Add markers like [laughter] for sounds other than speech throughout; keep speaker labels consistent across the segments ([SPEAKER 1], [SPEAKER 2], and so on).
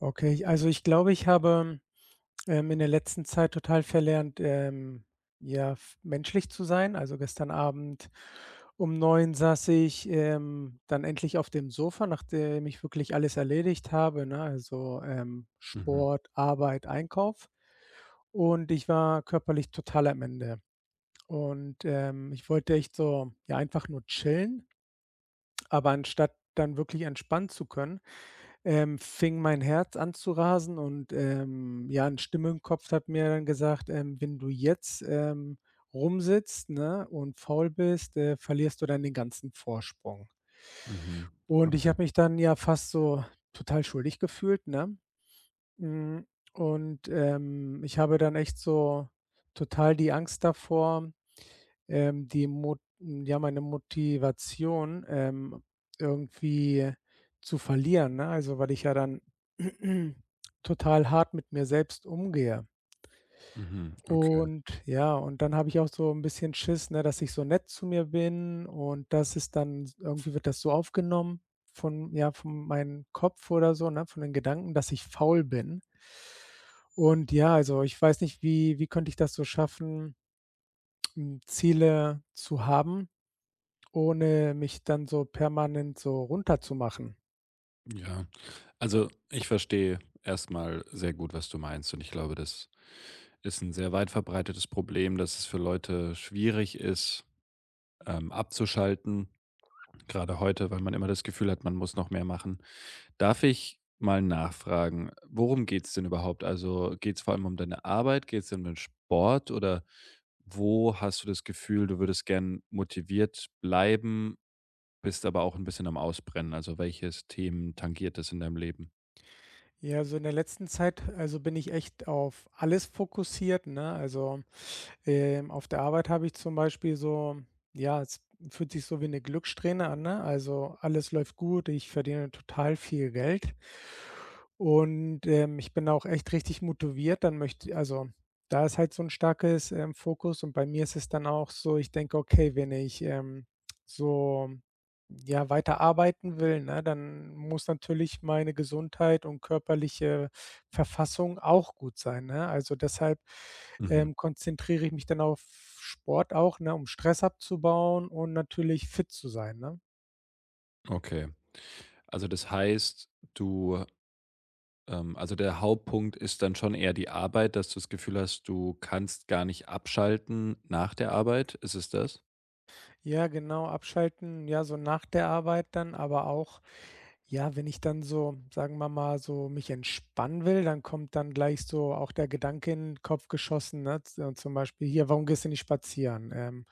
[SPEAKER 1] Okay, also ich glaube, ich habe in der letzten Zeit total verlernt, ja, f menschlich zu sein. Also gestern Abend um neun saß ich, dann endlich auf dem Sofa, nachdem ich wirklich alles erledigt habe, ne? Also,
[SPEAKER 2] Mhm,
[SPEAKER 1] Sport, Arbeit, Einkauf. Und ich war körperlich total am Ende. Und, ich wollte echt so, ja, einfach nur chillen, aber anstatt dann wirklich entspannen zu können, fing mein Herz an zu rasen und, ja, 'ne Stimme im Kopf hat mir dann gesagt: Wenn du jetzt, rumsitzt, ne, und faul bist, verlierst du dann den ganzen Vorsprung.“
[SPEAKER 2] mhm.
[SPEAKER 1] Und ich
[SPEAKER 2] Okay,
[SPEAKER 1] habe mich dann ja fast so total schuldig gefühlt, ne? Hm, und, ich habe dann echt so total die Angst davor meine Motivation, irgendwie zu verlieren, ne? Also, weil ich ja dann [clears throat] total hart mit mir selbst umgehe.
[SPEAKER 2] mhm, okay.
[SPEAKER 1] Und ja, und dann habe ich auch so ein bisschen Schiss, ne, dass ich so nett zu mir bin und das ist dann irgendwie wird das so aufgenommen von ja, von meinem Kopf oder so, ne, von den Gedanken, dass ich faul bin. Und ja, also, ich weiß nicht, wie könnte ich das so schaffen, Ziele zu haben ohne mich dann so permanent so runterzumachen.
[SPEAKER 2] Ja, also ich verstehe erstmal sehr gut, was du meinst und ich glaube, das ist ein sehr weit verbreitetes Problem, dass es für Leute schwierig ist, abzuschalten, gerade heute, weil man immer das Gefühl hat, man muss noch mehr machen. Darf ich mal nachfragen, worum geht's denn überhaupt? Also, geht's vor allem um deine Arbeit? Geht's um den Sport? Oder wo hast du das Gefühl, du würdest gern motiviert bleiben? Bist aber auch ein bisschen am Ausbrennen. Also, welches Themen tangiert das in deinem Leben?
[SPEAKER 1] Ja, so in der letzten Zeit, also bin ich echt auf alles fokussiert, ne? Also, auf der Arbeit habe ich zum Beispiel so ja, es fühlt sich so wie eine Glückssträhne an, ne? Also, alles läuft gut, ich verdiene total viel Geld und, ich bin auch echt richtig motiviert. Da ist halt so ein starkes, Fokus und bei mir ist es dann auch so, ich denke: „Okay, wenn ich, so, ja, weiter arbeiten will, ne, dann muss natürlich meine Gesundheit und körperliche Verfassung auch gut sein, ne? Also, deshalb,
[SPEAKER 2] Mhm,
[SPEAKER 1] konzentriere ich mich dann auf Sport auch, ne, um Stress abzubauen und natürlich fit zu sein, ne?
[SPEAKER 2] okay. Also, das heißt, du also, der Hauptpunkt ist dann schon eher die Arbeit, dass du das Gefühl hast, du kannst gar nicht abschalten nach der Arbeit? Ist es das?
[SPEAKER 1] Ja, genau, abschalten, ja, so nach der Arbeit dann, aber auch, ja, wenn ich dann so, sagen wir mal, so mich entspannen will, dann kommt dann gleich so auch der Gedanke in den Kopf geschossen, ne, z zum Beispiel: „Hier, warum gehst du nicht spazieren?“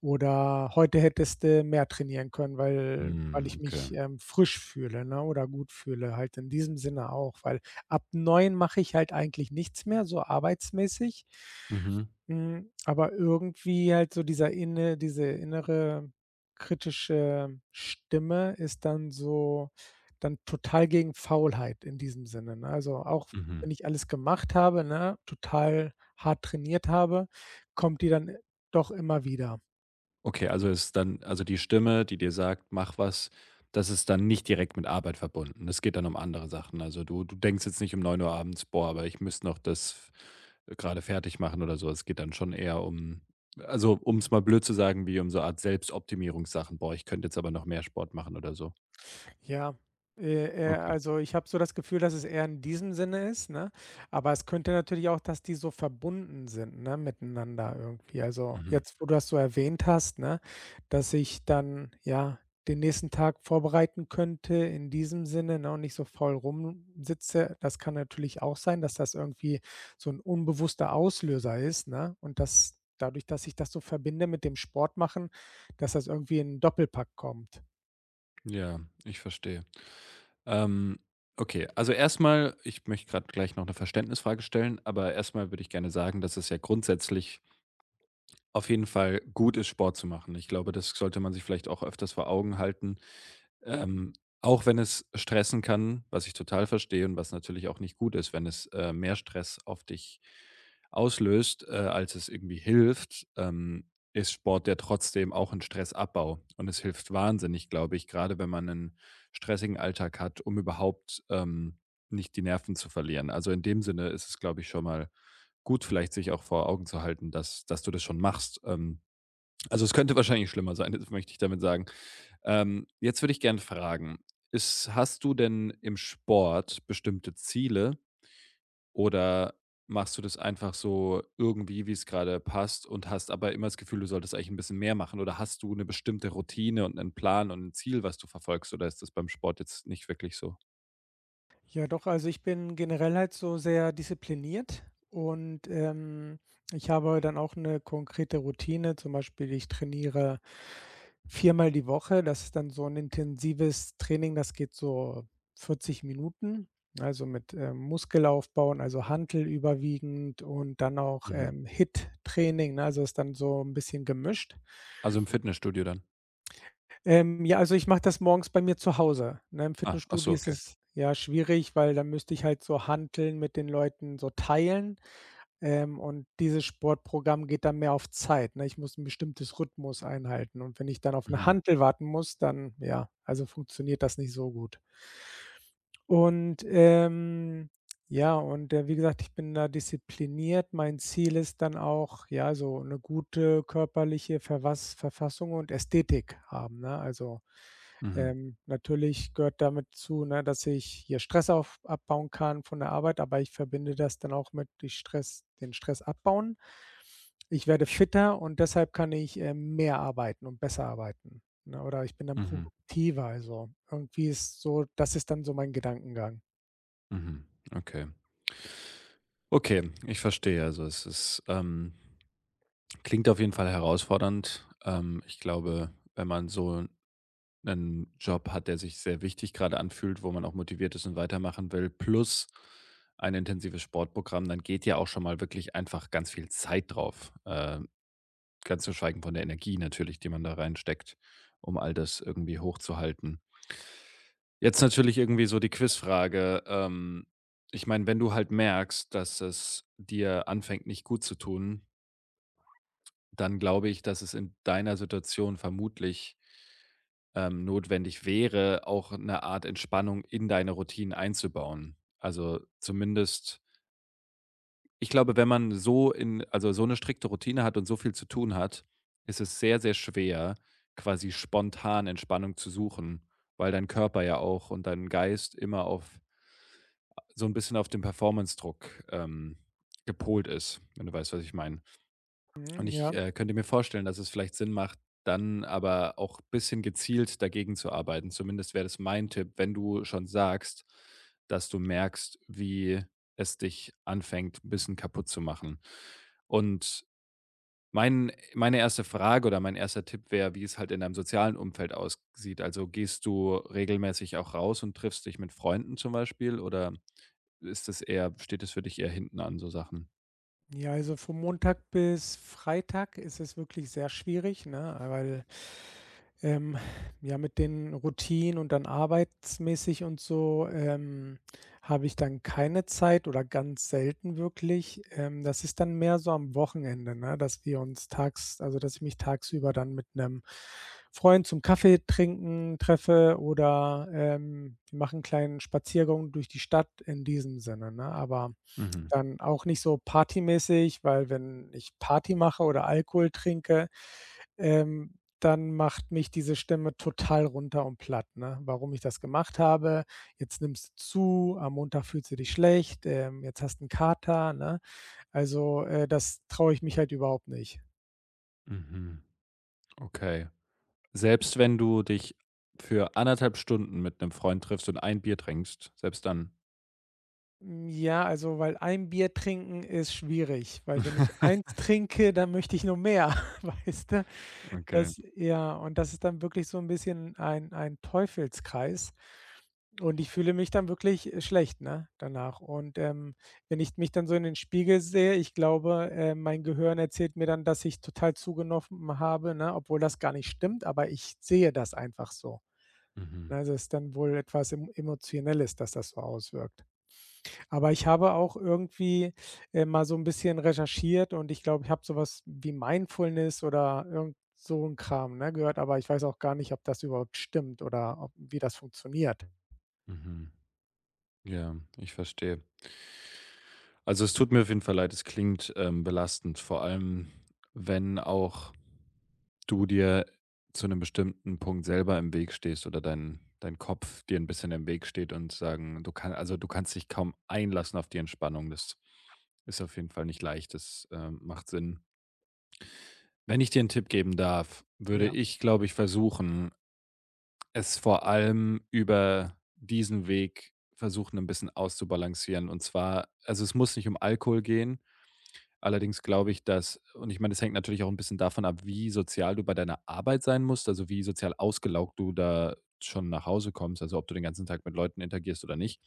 [SPEAKER 1] Oder heute hättest du mehr trainieren können, weil
[SPEAKER 2] Hm,
[SPEAKER 1] ich
[SPEAKER 2] okay.
[SPEAKER 1] mich, frisch fühle, ne, oder gut fühle, halt in diesem Sinne auch, weil ab 9 mache ich halt eigentlich nichts mehr, so arbeitsmäßig.
[SPEAKER 2] Mhm,
[SPEAKER 1] Aber irgendwie halt so diese innere kritische Stimme ist dann total gegen Faulheit in diesem Sinne, ne? Also, auch
[SPEAKER 2] mhm.
[SPEAKER 1] wenn ich alles gemacht habe, ne, total hart trainiert habe, kommt die dann doch immer wieder.
[SPEAKER 2] Okay, also ist dann also die Stimme, die dir sagt: „Mach was", das ist dann nicht direkt mit Arbeit verbunden. Es geht dann um andere Sachen. Also, du denkst jetzt nicht um neun Uhr abends: „Boah, aber ich müsste noch das gerade fertig machen" oder so. Es geht dann schon eher um also, um es mal blöd zu sagen, wie um so eine Art Selbstoptimierungssachen: „Boah, ich könnte jetzt aber noch mehr Sport machen" oder so.
[SPEAKER 1] Ja,
[SPEAKER 2] Okay.
[SPEAKER 1] also ich habe so das Gefühl, dass es eher in diesem Sinne ist, ne? Aber es könnte natürlich auch, dass die so verbunden sind, ne, miteinander irgendwie. Also
[SPEAKER 2] Mhm.
[SPEAKER 1] jetzt, wo du das so erwähnt hast, ne, dass ich dann, ja, den nächsten Tag vorbereiten könnte in diesem Sinne, ne, und nicht so faul rumsitze. Das kann natürlich auch sein, dass das irgendwie so ein unbewusster Auslöser ist, ne? Und dass dadurch, dass ich das so verbinde mit dem Sport machen, dass das irgendwie in 'n Doppelpack kommt.
[SPEAKER 2] Ja, ich verstehe. Ähm, okay, also erstmal, ich möchte gerade gleich noch eine Verständnisfrage stellen, aber erstmal würde ich gerne sagen, dass es ja grundsätzlich auf jeden Fall gut ist, Sport zu machen. Ich glaube, das sollte man sich vielleicht auch öfters vor Augen halten, ähm, auch wenn es stressen kann, was ich total verstehe und was natürlich auch nicht gut ist, wenn es, mehr Stress auf dich auslöst, als es irgendwie hilft, ist Sport ja trotzdem auch ein Stressabbau. Und es hilft wahnsinnig, glaube ich, gerade wenn man einen stressigen Alltag hat, um überhaupt, nicht die Nerven zu verlieren. Also, in dem Sinne ist es, glaube ich, schon mal gut, vielleicht sich auch vor Augen zu halten, dass du das schon machst. Also, es könnte wahrscheinlich schlimmer sein, [laughs] das möchte ich damit sagen. Jetzt würde ich gerne fragen, ist hast du denn im Sport bestimmte Ziele oder machst du das einfach so irgendwie, wie es gerade passt und hast aber immer das Gefühl, du solltest eigentlich ein bisschen mehr machen? Oder hast du eine bestimmte Routine und einen Plan und ein Ziel, was du verfolgst, oder ist das beim Sport jetzt nicht wirklich so?
[SPEAKER 1] Ja, doch, also ich bin generell halt so sehr diszipliniert und, ich habe dann auch eine konkrete Routine. Zum Beispiel, ich trainiere viermal die Woche. Das ist dann so ein intensives Training, das geht so 40 Minuten, also mit, Muskelaufbauen, also Hantel überwiegend und dann auch,
[SPEAKER 2] Mhm.
[SPEAKER 1] HIIT-Training, ne? Also ist dann so ein bisschen gemischt.
[SPEAKER 2] Also, im Fitnessstudio dann?
[SPEAKER 1] Ja, also ich mache das morgens bei mir zu Hause, ne? Im
[SPEAKER 2] Ah, ach so,
[SPEAKER 1] Fitnessstudio ist
[SPEAKER 2] okay.
[SPEAKER 1] es, ja, schwierig, weil dann müsste ich halt so Hanteln mit den Leuten so teilen, und dieses Sportprogramm geht dann mehr auf Zeit, ne? Ich muss ein bestimmtes Rhythmus einhalten und wenn ich dann auf eine
[SPEAKER 2] Mhm,
[SPEAKER 1] Hantel warten muss, dann ja, also funktioniert das nicht so gut. Und, ja, und, wie gesagt, ich bin da diszipliniert. Mein Ziel ist dann auch, ja, so eine gute körperliche Verwas Verfassung und Ästhetik haben, ne? Also
[SPEAKER 2] mhm,
[SPEAKER 1] natürlich gehört damit zu, ne, dass ich hier Stress auf abbauen kann von der Arbeit, aber ich verbinde das dann auch mit die Stress den Stress abbauen. Ich werde fitter und deshalb kann ich, mehr arbeiten und besser arbeiten, ne? Oder ich bin dann
[SPEAKER 2] mhm,
[SPEAKER 1] produktiver. Also, irgendwie ist so das ist dann so mein Gedankengang.
[SPEAKER 2] mhm. Okay. Okay, ich verstehe. Also, klingt auf jeden Fall herausfordernd. Ich glaube, wenn man so einen Job hat, der sich sehr wichtig gerade anfühlt, wo man auch motiviert ist und weitermachen will, plus ein intensives Sportprogramm, dann geht ja auch schon mal wirklich einfach ganz viel Zeit drauf. Ganz zu schweigen von der Energie natürlich, die man da reinsteckt, um all das irgendwie hochzuhalten. Jetzt natürlich irgendwie so die Quizfrage. Ich meine, wenn du halt merkst, dass es dir anfängt, nicht gut zu tun. Dann glaube ich, dass es in deiner Situation vermutlich, notwendig wäre, auch eine Art Entspannung in deine Routinen einzubauen. Also, zumindest ich glaube, wenn man so in also, so eine strikte Routine hat und so viel zu tun hat, ist es sehr, sehr schwer, quasi spontan Entspannung zu suchen, weil dein Körper ja auch und dein Geist immer auf so ein bisschen auf den Performance-Druck, gepolt ist, wenn du weißt, was ich meine. Und
[SPEAKER 1] Mhm,
[SPEAKER 2] ich,
[SPEAKER 1] ja.
[SPEAKER 2] könnte mir vorstellen, dass es vielleicht Sinn macht, dann aber auch ein bisschen gezielt dagegen zu arbeiten. Zumindest wäre das mein Tipp, wenn du schon sagst, dass du merkst, wie es dich anfängt, 'n bisschen kaputt zu machen. Und meine erste Frage oder mein erster Tipp wäre, wie es halt in deinem sozialen Umfeld aussieht. Also, gehst du regelmäßig auch raus und triffst dich mit Freunden zum Beispiel oder ist es eher steht es für dich eher hinten an, so Sachen?
[SPEAKER 1] Ja, also vom Montag bis Freitag ist es wirklich sehr schwierig, ne? Weil, ähm, ja, mit den Routinen und dann arbeitsmäßig und so, habe ich dann keine Zeit oder ganz selten wirklich. Das ist dann mehr so am Wochenende, ne, dass wir uns tags also, dass ich mich tagsüber dann mit einem Freund zum Kaffee trinken treffe oder, wir machen 'n kleinen Spaziergang durch die Stadt in diesem Sinne, ne? Aber
[SPEAKER 2] Mhm,
[SPEAKER 1] dann auch nicht so partymäßig, weil wenn ich Party mache oder Alkohol trinke, ähm, dann macht mich diese Stimme total runter und platt, ne? Warum ich das gemacht habe: „Jetzt nimmst du zu, am Montag fühlst du dich schlecht, jetzt hast du 'n Kater“, ne? Also, das traue ich mich halt überhaupt nicht.
[SPEAKER 2] mhm, okay. Selbst wenn du dich für anderthalb Stunden mit einem Freund triffst und ein Bier trinkst, selbst dann?
[SPEAKER 1] Ja, also, weil ein Bier trinken ist schwierig, weil wenn ich eins
[SPEAKER 2] [laughs]
[SPEAKER 1] trinke, dann möchte ich nur mehr, [laughs] weißt du?
[SPEAKER 2] Okay.
[SPEAKER 1] Das Ja, und das ist dann wirklich so ein bisschen ein Teufelskreis. Und ich fühle mich dann wirklich, schlecht, ne, danach. Und, wenn ich mich dann so in den Spiegel sehe, ich glaube, mein Gehirn erzählt mir dann, dass ich total zugenommen habe, ne, obwohl das gar nicht stimmt, aber ich sehe das einfach so.
[SPEAKER 2] Mhm,
[SPEAKER 1] Ne, das ist dann wohl etwas Emotionelles, dass das so auswirkt. Aber ich habe auch irgendwie, mal so 'n bisschen recherchiert und ich glaube, ich habe so was wie Mindfulness oder irgend so 'n Kram, ne, gehört, aber ich weiß auch gar nicht, ob das überhaupt stimmt oder ob wie das funktioniert.
[SPEAKER 2] mhm. Ja, ich verstehe. Also, es tut mir auf jeden Fall leid, es klingt, belastend, vor allem, wenn auch du dir zu einem bestimmten Punkt selber im Weg stehst oder dein Kopf dir ein bisschen im Weg steht und sagen, du kannst dich kaum einlassen auf die Entspannung. Das ist auf jeden Fall nicht leicht, das, macht Sinn. Wenn ich dir einen Tipp geben darf, würde
[SPEAKER 1] Ja,
[SPEAKER 2] ich, glaube ich, versuchen, es vor allem über diesen Weg versuchen, ein bisschen auszubalancieren. Und zwar also, es muss nicht um Alkohol gehen. Allerdings glaube ich, dass und ich meine, es hängt natürlich auch ein bisschen davon ab, wie sozial du bei deiner Arbeit sein musst, also, wie sozial ausgelaugt du da schon nach Hause kommst, also, ob du den ganzen Tag mit Leuten interagierst oder nicht.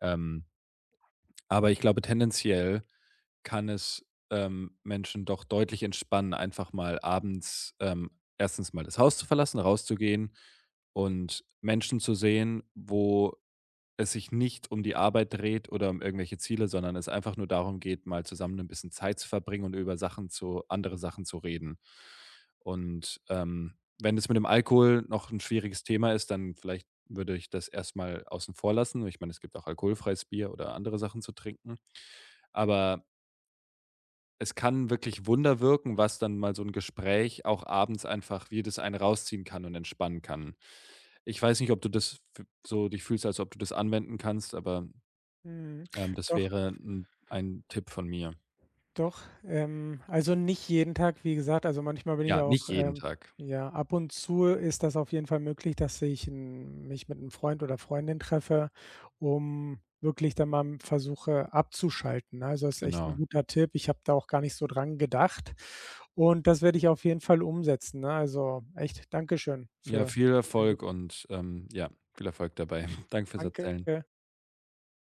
[SPEAKER 2] Ähm, aber ich glaube, tendenziell kann es, Menschen doch deutlich entspannen, einfach mal abends, 1. mal das Haus zu verlassen, rauszugehen und Menschen zu sehen, wo es sich nicht um die Arbeit dreht oder um irgendwelche Ziele, sondern es einfach nur darum geht, mal zusammen ein bisschen Zeit zu verbringen und über Sachen zu andere Sachen zu reden. Und, wenn es mit dem Alkohol noch ein schwieriges Thema ist, dann vielleicht würde ich das erst mal außen vor lassen. Ich meine, es gibt auch alkoholfreies Bier oder andere Sachen zu trinken. Aber es kann wirklich Wunder wirken, was dann mal so ein Gespräch auch abends einfach wie das einen rausziehen kann und entspannen kann. Ich weiß nicht, ob du das f so dich fühlst, als ob du das anwenden kannst, aber,
[SPEAKER 1] mhm,
[SPEAKER 2] das
[SPEAKER 1] doch.
[SPEAKER 2] wäre 'n ein Tipp von mir.
[SPEAKER 1] Doch, also nicht jeden Tag, wie gesagt. Also manchmal bin ich
[SPEAKER 2] Ja,
[SPEAKER 1] auch
[SPEAKER 2] nicht jeden Tag,
[SPEAKER 1] ja, ab und zu ist das auf jeden Fall möglich, dass ich 'n mich mit 'nem Freund oder Freundin treffe, um wirklich dann mal versuche abzuschalten, ne? Also, ist echt 'n
[SPEAKER 2] genau.
[SPEAKER 1] guter Tipp. Ich habe da auch gar nicht so dran gedacht und das werde ich auf jeden Fall umsetzen, ne? Also echt Dankeschön
[SPEAKER 2] Ja,
[SPEAKER 1] für
[SPEAKER 2] viel
[SPEAKER 1] einen guten
[SPEAKER 2] Erfolg und, ja, viel Erfolg dabei. [laughs] Danke fürs
[SPEAKER 1] Danke.
[SPEAKER 2] Erzählen.